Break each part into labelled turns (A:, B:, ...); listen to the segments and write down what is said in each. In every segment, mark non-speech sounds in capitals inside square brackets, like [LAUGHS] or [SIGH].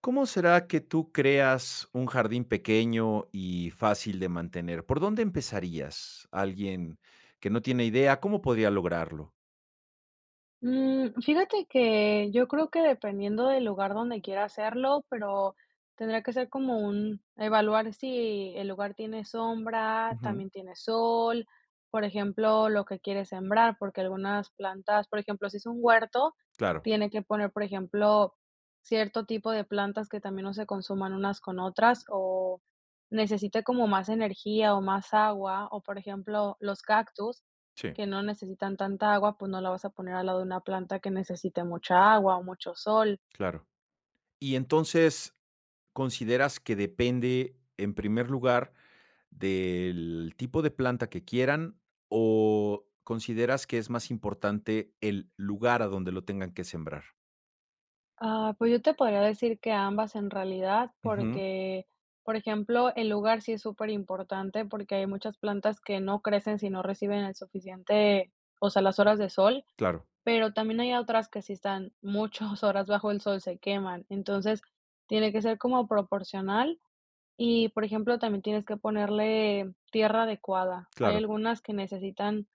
A: ¿Cómo será que tú creas un jardín pequeño y fácil de mantener? ¿Por dónde empezarías? Alguien que no tiene idea, ¿cómo podría lograrlo?
B: Fíjate que yo creo que dependiendo del lugar donde quiera hacerlo, pero tendrá que ser como un evaluar si el lugar tiene sombra,
A: Ujú,
B: también tiene sol, por ejemplo, lo que quieres sembrar, porque algunas plantas, por ejemplo, si es un huerto,
A: claro,
B: tiene que poner, por ejemplo, cierto tipo de plantas que también no se consuman unas con otras o necesite como más energía o más agua, o por ejemplo, los cactus
A: sí,
B: que no necesitan tanta agua, pues no la vas a poner al lado de una planta que necesite mucha agua o mucho sol.
A: claro. Y entonces, ¿consideras que depende, en primer lugar, del tipo de planta que quieran o consideras que es más importante el lugar a donde lo tengan que sembrar?
B: Ah, pues yo te podría decir que ambas en realidad,
A: Ujú,
B: porque, por ejemplo, el lugar sí es súper importante porque hay muchas plantas que no crecen si no reciben el suficiente, o sea, las horas de sol,
A: claro,
B: pero también hay otras que si están muchas horas bajo el sol se queman. Entonces, tiene que ser como proporcional y, por ejemplo, también tienes que ponerle tierra adecuada. Hay
A: claro,
B: algunas que necesitan.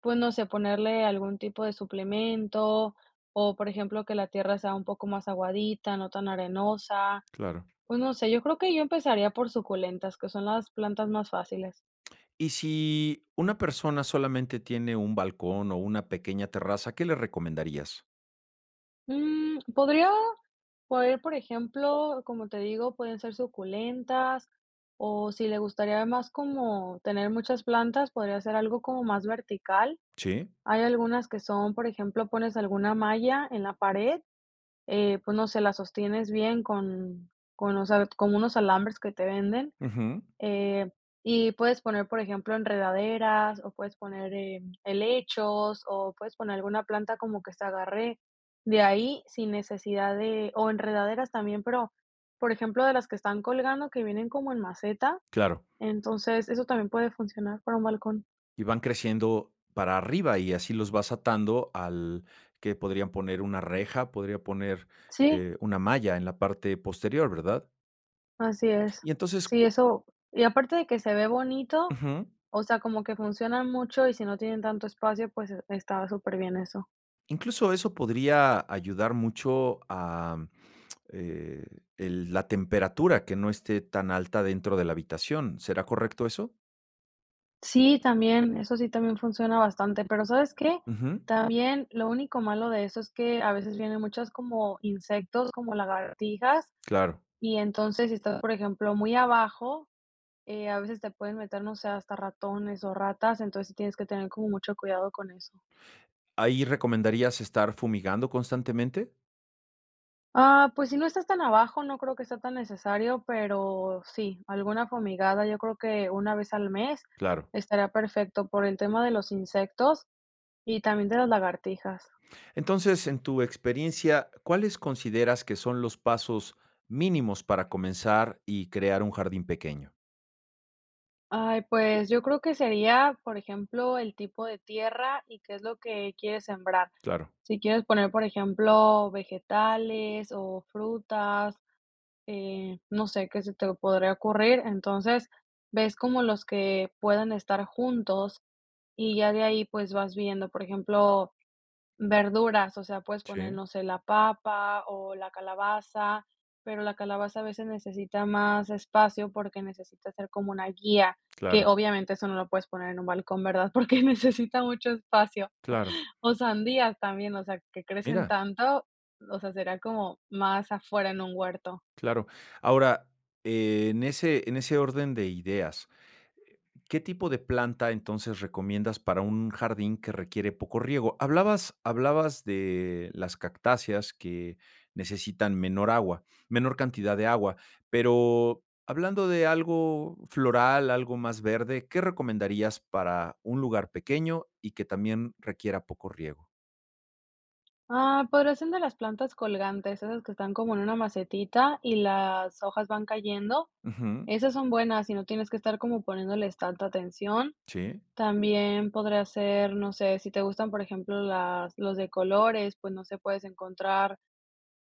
B: Pues no sé, ponerle algún tipo de suplemento o, por ejemplo, que la tierra sea un poco más aguadita, no tan arenosa.
A: claro.
B: Pues no sé, yo creo que yo empezaría por suculentas, que son las plantas más fáciles.
A: Y si una persona solamente tiene un balcón o una pequeña terraza, ¿qué le recomendarías?
B: Podría poder, por ejemplo, como te digo, pueden ser suculentas o si le gustaría más como tener muchas plantas, podría ser algo como más vertical.
A: Sí,
B: Hay algunas que son, por ejemplo, pones alguna malla en la pared. Pues, no sé, la sostienes bien con o sea, con unos alambres que te venden,
A: ujú,
B: eh, y puedes poner, por ejemplo, enredaderas, o puedes poner, helechos, o puedes poner alguna planta como que se agarre de ahí sin necesidad de o enredaderas también, pero, por ejemplo, de las que están colgando que vienen como en maceta,
A: claro.
B: entonces eso también puede funcionar para un balcón.
A: Y van creciendo para arriba y así los vas atando al que podrían poner una reja, podría poner
B: Sí.
A: una malla en la parte posterior, ¿verdad?
B: Así es.
A: Y entonces,
B: Sí, eso y aparte de que se ve bonito,
A: ujú,
B: o sea, como que funcionan mucho y si no tienen tanto espacio, pues, está súper bien eso.
A: incluso eso podría ayudar mucho a eh, la temperatura que no esté tan alta dentro de la habitación. ¿Será correcto eso?
B: Sí, también, eso sí también funciona bastante, pero, ¿sabes qué?
A: Ujú,
B: También lo único malo de eso es que a veces vienen muchas como insectos, como lagartijas,
A: claro.
B: y entonces, si estás, por ejemplo, muy abajo, a veces te pueden meter, no sé, hasta ratones o ratas, entonces sí tienes que tener como mucho cuidado con eso.
A: ¿Ahí recomendarías estar fumigando constantemente?
B: Ah, pues si no estás tan abajo, no creo que sea tan necesario, pero sí, alguna fumigada, yo creo que una vez al mes
A: Claro.
B: estaría perfecto por el tema de los insectos y también de las lagartijas.
A: Entonces, en tu experiencia, ¿cuáles consideras que son los pasos mínimos para comenzar y crear un jardín pequeño?
B: Ay, pues yo creo que sería, por ejemplo, el tipo de tierra y qué es lo que quieres sembrar.
A: Claro.
B: Si quieres poner, por ejemplo, vegetales o frutas, no sé qué se te podría ocurrir. Entonces, ves como los que puedan estar juntos. Y ya de ahí, pues, vas viendo, por ejemplo, verduras, o sea, puedes poner,
A: Sí,
B: no sé, la papa o la calabaza, pero la calabaza a veces necesita más espacio porque necesita hacer como una guía,
A: claro,
B: que obviamente eso no lo puedes poner en un balcón, ¿verdad? [LAUGHS] Porque necesita mucho espacio.
A: claro.
B: O sandías también, o sea, que crecen
A: Mira,
B: tanto, o sea, será como más afuera en un huerto.
A: claro. Ahora, en ese orden de ideas, ¿qué tipo de planta entonces recomiendas para un jardín que requiere poco riego? Hablabas de las cactáceas que necesitan menor agua, menor cantidad de agua, pero hablando de algo floral, algo más verde, ¿qué recomendarías para un lugar pequeño y que también requiera poco riego?
B: Ah, podría ser de las plantas colgantes, esas que están como en una macetita y las hojas van cayendo.
A: Ujú,
B: Esas son buenas, y no tienes que estar como poniéndoles tanta atención.
A: sí,
B: También podría ser, no sé, si te gustan, por ejemplo, las los de colores, pues, no sé, puedes encontrar,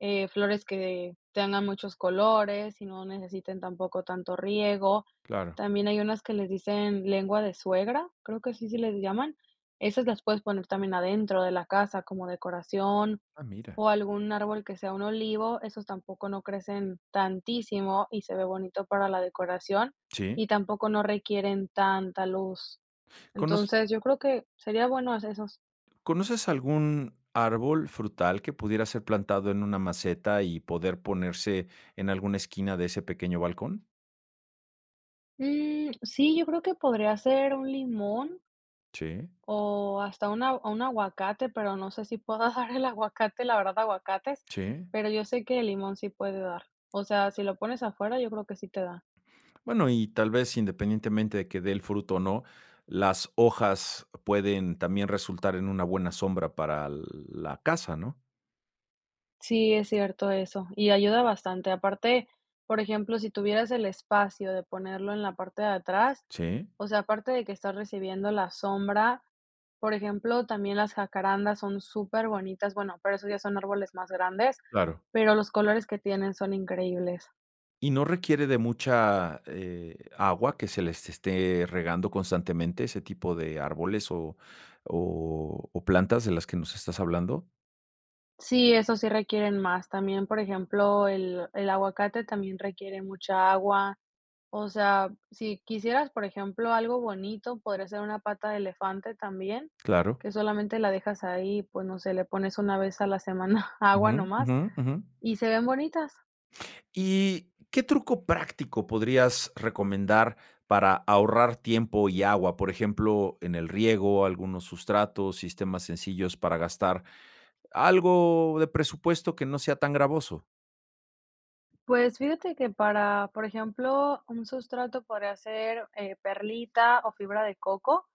B: flores que tengan muchos colores y no necesiten tampoco tanto riego.
A: claro.
B: También hay unas que les dicen lengua de suegra, creo que así sí les llaman. Esas las puedes poner también adentro de la casa como decoración,
A: Ah, mira.
B: o algún árbol que sea un olivo, esos tampoco no crecen tantísimo y se ve bonito para la decoración,
A: Sí.
B: y tampoco no requieren tanta luz. Entonces, yo creo que sería bueno hacer esos.
A: ¿Conoces algún árbol frutal que pudiera ser plantado en una maceta y poder ponerse en alguna esquina de ese pequeño balcón?
B: Mm, sí, yo creo que podría ser un limón
A: Sí,
B: o hasta una un aguacate, pero no sé si pueda [LAUGHS] dar el aguacate, la verdad, aguacates,
A: sí.
B: pero yo sé que el limón sí puede dar. O sea, si lo pones afuera, yo creo que sí te da.
A: Bueno, y tal vez independientemente de que dé el fruto o no, las hojas pueden también resultar en una buena sombra para la casa, ¿no?
B: Sí, es cierto eso, y ayuda bastante. Aparte, por ejemplo, si tuvieras el espacio de ponerlo en la parte de atrás,
A: Sí,
B: o sea, aparte de que estás recibiendo la sombra, por ejemplo, también las jacarandas son súper bonitas. Bueno, pero esos ya son árboles más grandes,
A: claro.
B: pero los colores que tienen son increíbles.
A: Y no requiere de mucha agua que se les esté regando constantemente ese tipo de árboles o plantas de las que nos estás hablando.
B: Sí, eso sí requieren más. También, por ejemplo, el aguacate también requiere mucha agua. O sea, si quisieras, por ejemplo, algo bonito, podría ser una pata de elefante también,
A: Claro.
B: que solamente la dejas ahí, pues, no sé, le pones una vez a la semana [LAUGHS] agua
A: Ujú,
B: nomás
A: ujú, ujú.
B: y se ven bonitas.
A: ¿Y qué truco práctico podrías recomendar para ahorrar tiempo y agua? Por ejemplo, en el riego, algunos sustratos, sistemas sencillos para gastar algo de presupuesto que no sea tan gravoso.
B: Pues fíjate que para, por ejemplo, un sustrato podría ser perlita o fibra de coco.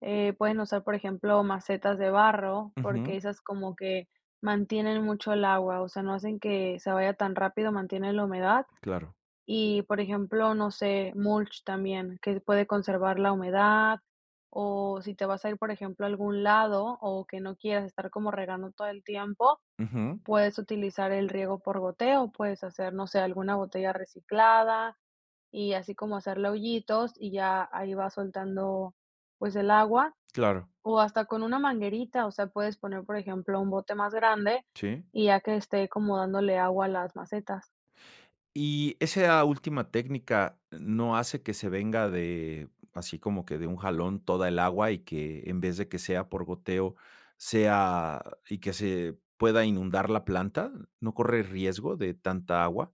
B: Pueden usar, por ejemplo, macetas de barro, porque
A: Ujú,
B: esas como que mantienen mucho el agua, o sea, no hacen que se vaya tan rápido, mantienen la humedad.
A: claro.
B: Y, por ejemplo, no sé, mulch también, que puede conservar la humedad, o si te vas a ir, por ejemplo, a algún lado o que no quieras estar como regando todo el tiempo,
A: Ujú,
B: puedes utilizar el riego por goteo, puedes hacer, no sé, alguna botella reciclada y así como hacerle hoyitos y ya ahí va soltando, pues, el agua,
A: claro.
B: o hasta con una manguerita, o sea, puedes poner, por ejemplo, un bote más grande
A: Sí.
B: y ya que esté como dándole agua a las macetas.
A: Y esa última técnica, ¿no hace que se venga de así como que de un jalón toda el agua y que en vez de que sea por goteo, sea y que se pueda inundar la planta? ¿No corre riesgo de tanta agua?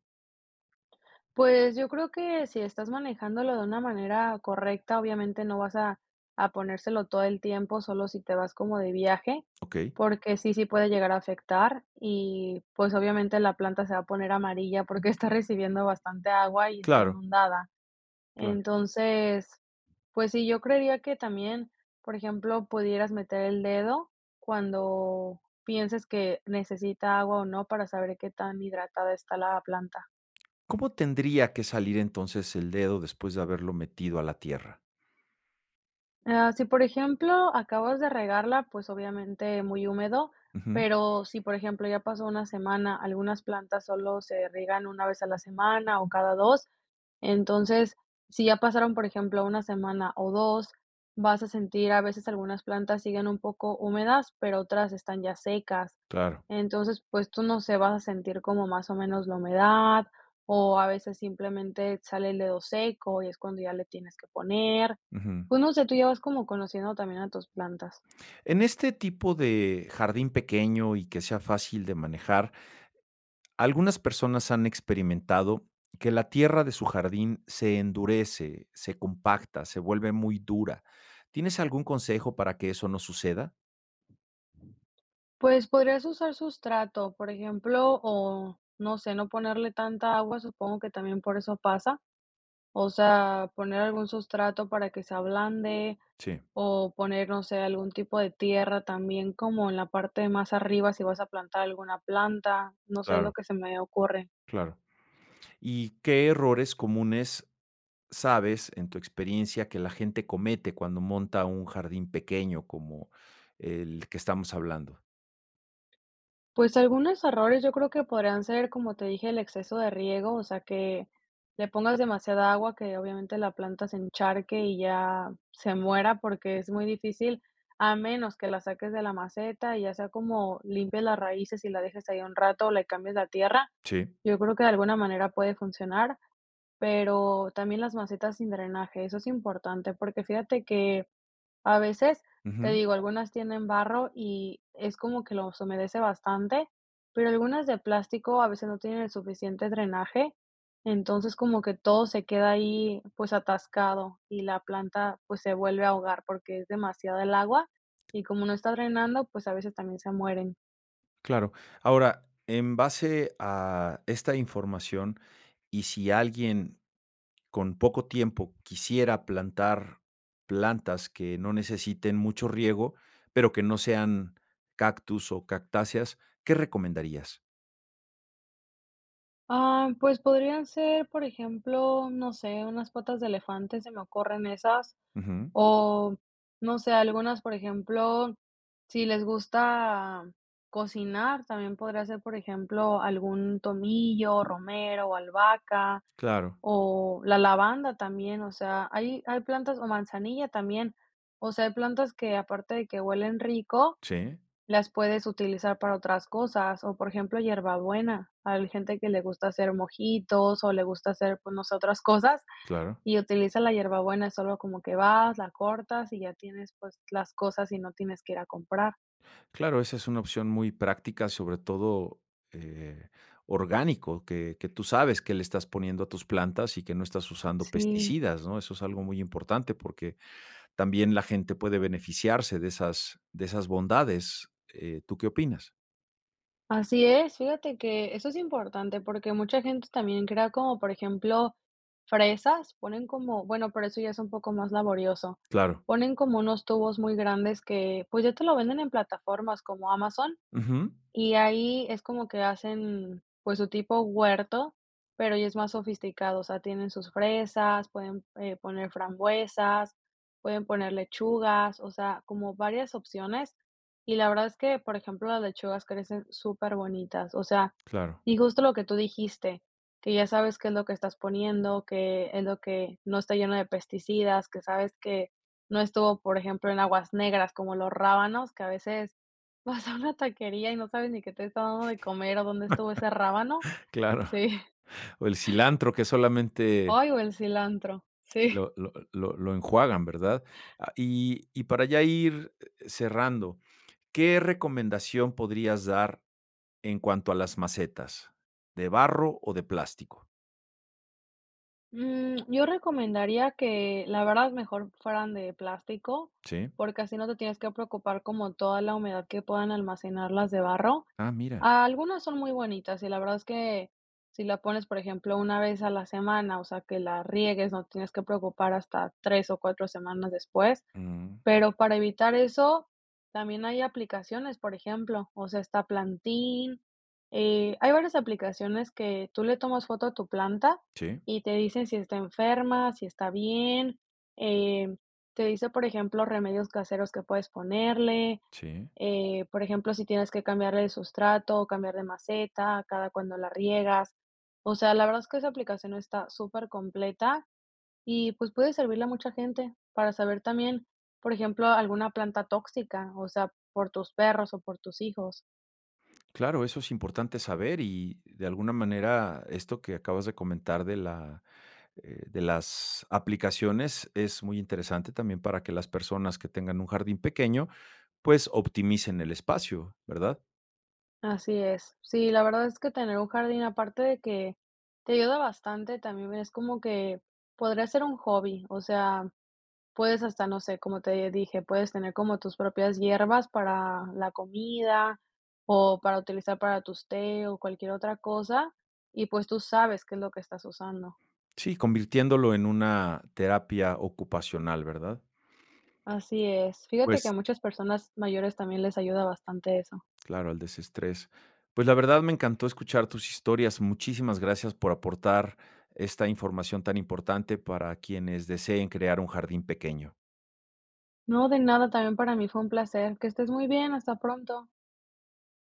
B: Pues, yo creo que si estás manejándolo de una manera correcta, obviamente no vas a ponérselo todo el tiempo, solo si te vas como de viaje,
A: ¿Ok?
B: porque sí, sí puede llegar a afectar y, pues, obviamente la planta se va a poner amarilla porque [LAUGHS] está recibiendo bastante agua y está
A: Claro,
B: inundada.
A: claro.
B: Entonces, pues sí, yo creería que también, por ejemplo, pudieras meter el dedo cuando pienses que necesita agua o no para saber qué tan hidratada está la planta.
A: ¿Cómo tendría que salir entonces el dedo después de haberlo metido a la tierra?
B: Ah, si, por ejemplo, acabas de regarla, pues, obviamente muy húmedo,
A: Ujú,
B: pero si, por ejemplo, ya pasó una semana, algunas plantas solo se riegan una vez a la semana o cada 2. Entonces, si ya pasaron, por ejemplo, una semana o 2, vas a sentir a veces algunas plantas siguen un poco húmedas, pero otras están ya secas.
A: claro,
B: Entonces, pues tú no sé, vas a sentir como más o menos la humedad, o a veces simplemente sale el dedo seco y es cuando ya le tienes que poner.
A: ujú.
B: Pues no sé, tú ya vas como conociendo también a tus plantas.
A: En este tipo de jardín pequeño y que sea fácil de manejar, algunas personas han experimentado que la tierra de su jardín se endurece, se compacta, se vuelve muy dura. ¿Tienes algún consejo para que eso no suceda?
B: Pues podrías usar sustrato, por ejemplo, o no sé, no ponerle tanta agua, supongo que también por eso pasa. O sea, poner algún sustrato para que se ablande
A: Sí,
B: o poner, no sé, algún tipo de tierra también como en la parte más arriba si vas a plantar alguna planta, no sé, es lo
A: claro,
B: que se me ocurre.
A: claro. ¿Y qué errores comunes sabes en tu experiencia que la gente comete cuando monta un jardín pequeño como el que estamos hablando?
B: Pues algunos errores yo creo que podrían ser, como te dije, el exceso de riego, o sea, que le pongas demasiada agua, que obviamente la planta se encharque y ya se muera porque es muy difícil, a menos que la saques de la maceta y ya sea como limpies las raíces y la dejes ahí un rato o le cambies la tierra.
A: Sí,
B: Yo creo que de alguna manera puede funcionar, pero también las macetas sin drenaje, eso es importante, porque fíjate que a veces, te
A: ujú,
B: digo, algunas tienen barro y es como que los humedece bastante, pero algunas de plástico a veces no tienen el suficiente drenaje, entonces como que todo se queda ahí pues atascado y la planta pues se vuelve a ahogar porque es demasiada el agua y como no está drenando, pues a veces también se mueren.
A: claro. Ahora, en base a esta información, y si alguien con poco tiempo quisiera plantar plantas que no necesiten mucho riego, pero que no sean cactus o cactáceas, ¿qué recomendarías?
B: Ah, pues podrían ser, por ejemplo, no sé, unas patas de elefante, se me ocurren esas,
A: Ujú.
B: o no sé, algunas, por ejemplo, si les gusta cocinar, también podría ser, por ejemplo, algún tomillo, romero o albahaca,
A: Claro,
B: o la lavanda también, o sea, hay plantas, o manzanilla también, o sea, hay plantas que aparte de que huelen rico,
A: sí,
B: las puedes utilizar para otras cosas, o por ejemplo, hierbabuena. Hay gente que le gusta hacer mojitos o le gusta hacer, pues, no sé, otras [LAUGHS] cosas,
A: claro.
B: y utiliza la hierbabuena, solo como que vas, la cortas y ya tienes, pues, las cosas y no tienes que ir a comprar.
A: Claro, esa es una opción muy práctica, sobre todo eh, orgánico, que tú sabes que le estás poniendo a tus plantas y que no estás usando
B: Sí,
A: pesticidas, ¿no? Eso es algo muy importante porque también la gente puede beneficiarse de esas bondades. ¿Tú qué opinas?
B: así es. Fíjate que eso es importante porque mucha gente también crea como, por ejemplo, fresas, ponen como bueno, pero eso ya es un poco más laborioso.
A: Claro.
B: Ponen como unos tubos muy grandes que, pues, ya te lo venden en plataformas como Amazon,
A: Ujú.
B: y ahí es como que hacen, pues, su tipo huerto, pero ya es más sofisticado, o sea, tienen sus fresas, pueden, poner frambuesas, pueden poner lechugas, o sea, como varias opciones. Y la verdad es que, por ejemplo, las lechugas crecen súper bonitas, o sea,
A: Claro,
B: y justo lo que tú dijiste, que ya sabes qué es lo que estás poniendo, que es lo que no está lleno de pesticidas, que sabes que no estuvo, por ejemplo, en aguas negras, como los rábanos, que a veces vas a una taquería y no sabes ni qué te está dando de comer o dónde estuvo ese rábano.
A: claro.
B: Sí. [LAUGHS]
A: O el cilantro que solamente
B: Ay, o el cilantro. Sí.
A: lo enjuagan, ¿verdad? Ah, y para ya ir cerrando, ¿qué recomendación podrías dar en cuanto a las macetas? ¿De barro o de plástico?
B: Mm, yo recomendaría que, la verdad, mejor fueran de plástico,
A: Sí.
B: porque así no te tienes que preocupar como toda la humedad que puedan almacenar las de barro.
A: Ah, mira.
B: Ah, algunas son muy bonitas y la verdad es que si la pones, por ejemplo, una vez a la semana, o sea, que la riegues, no tienes que preocupar hasta 3 o 4 semanas después.
A: Mm,
B: Pero para evitar eso, también hay aplicaciones, por ejemplo, o sea, está Plantin, hay varias aplicaciones que tú le tomas foto a tu planta
A: sí,
B: y te dicen si está enferma, si está bien, em, te dice, por ejemplo, remedios caseros que puedes ponerle,
A: sí.
B: por ejemplo, si tienes que cambiarle el sustrato o cambiar de maceta, cada cuando la riegas. O sea, la verdad es que esa aplicación está súper completa y pues puede servirle a mucha gente para saber también, por ejemplo, alguna planta tóxica, o sea, por tus perros o por tus hijos.
A: Claro, eso es importante saber y de alguna manera esto que acabas de comentar de la, de las aplicaciones es muy interesante también para que las personas que tengan un jardín pequeño pues optimicen el espacio, ¿verdad?
B: Así es. Sí, la verdad es que tener un jardín, aparte de que te ayuda bastante, también es como que podría ser un hobby, o sea, puedes hasta, no sé, como te dije, puedes tener como tus propias hierbas para la comida o para utilizar para tus té o cualquier otra cosa, y pues tú sabes qué es lo que estás usando.
A: Sí, convirtiéndolo en una terapia ocupacional, ¿verdad?
B: Así es. Fíjate que a
A: Pues
B: muchas personas mayores también les ayuda bastante eso.
A: claro, al desestrés. Pues la verdad me encantó escuchar tus historias. Muchísimas gracias por aportar esta información tan importante para quienes deseen crear un jardín pequeño.
B: No, de nada, también para mí fue un placer. Que estés muy bien, hasta pronto.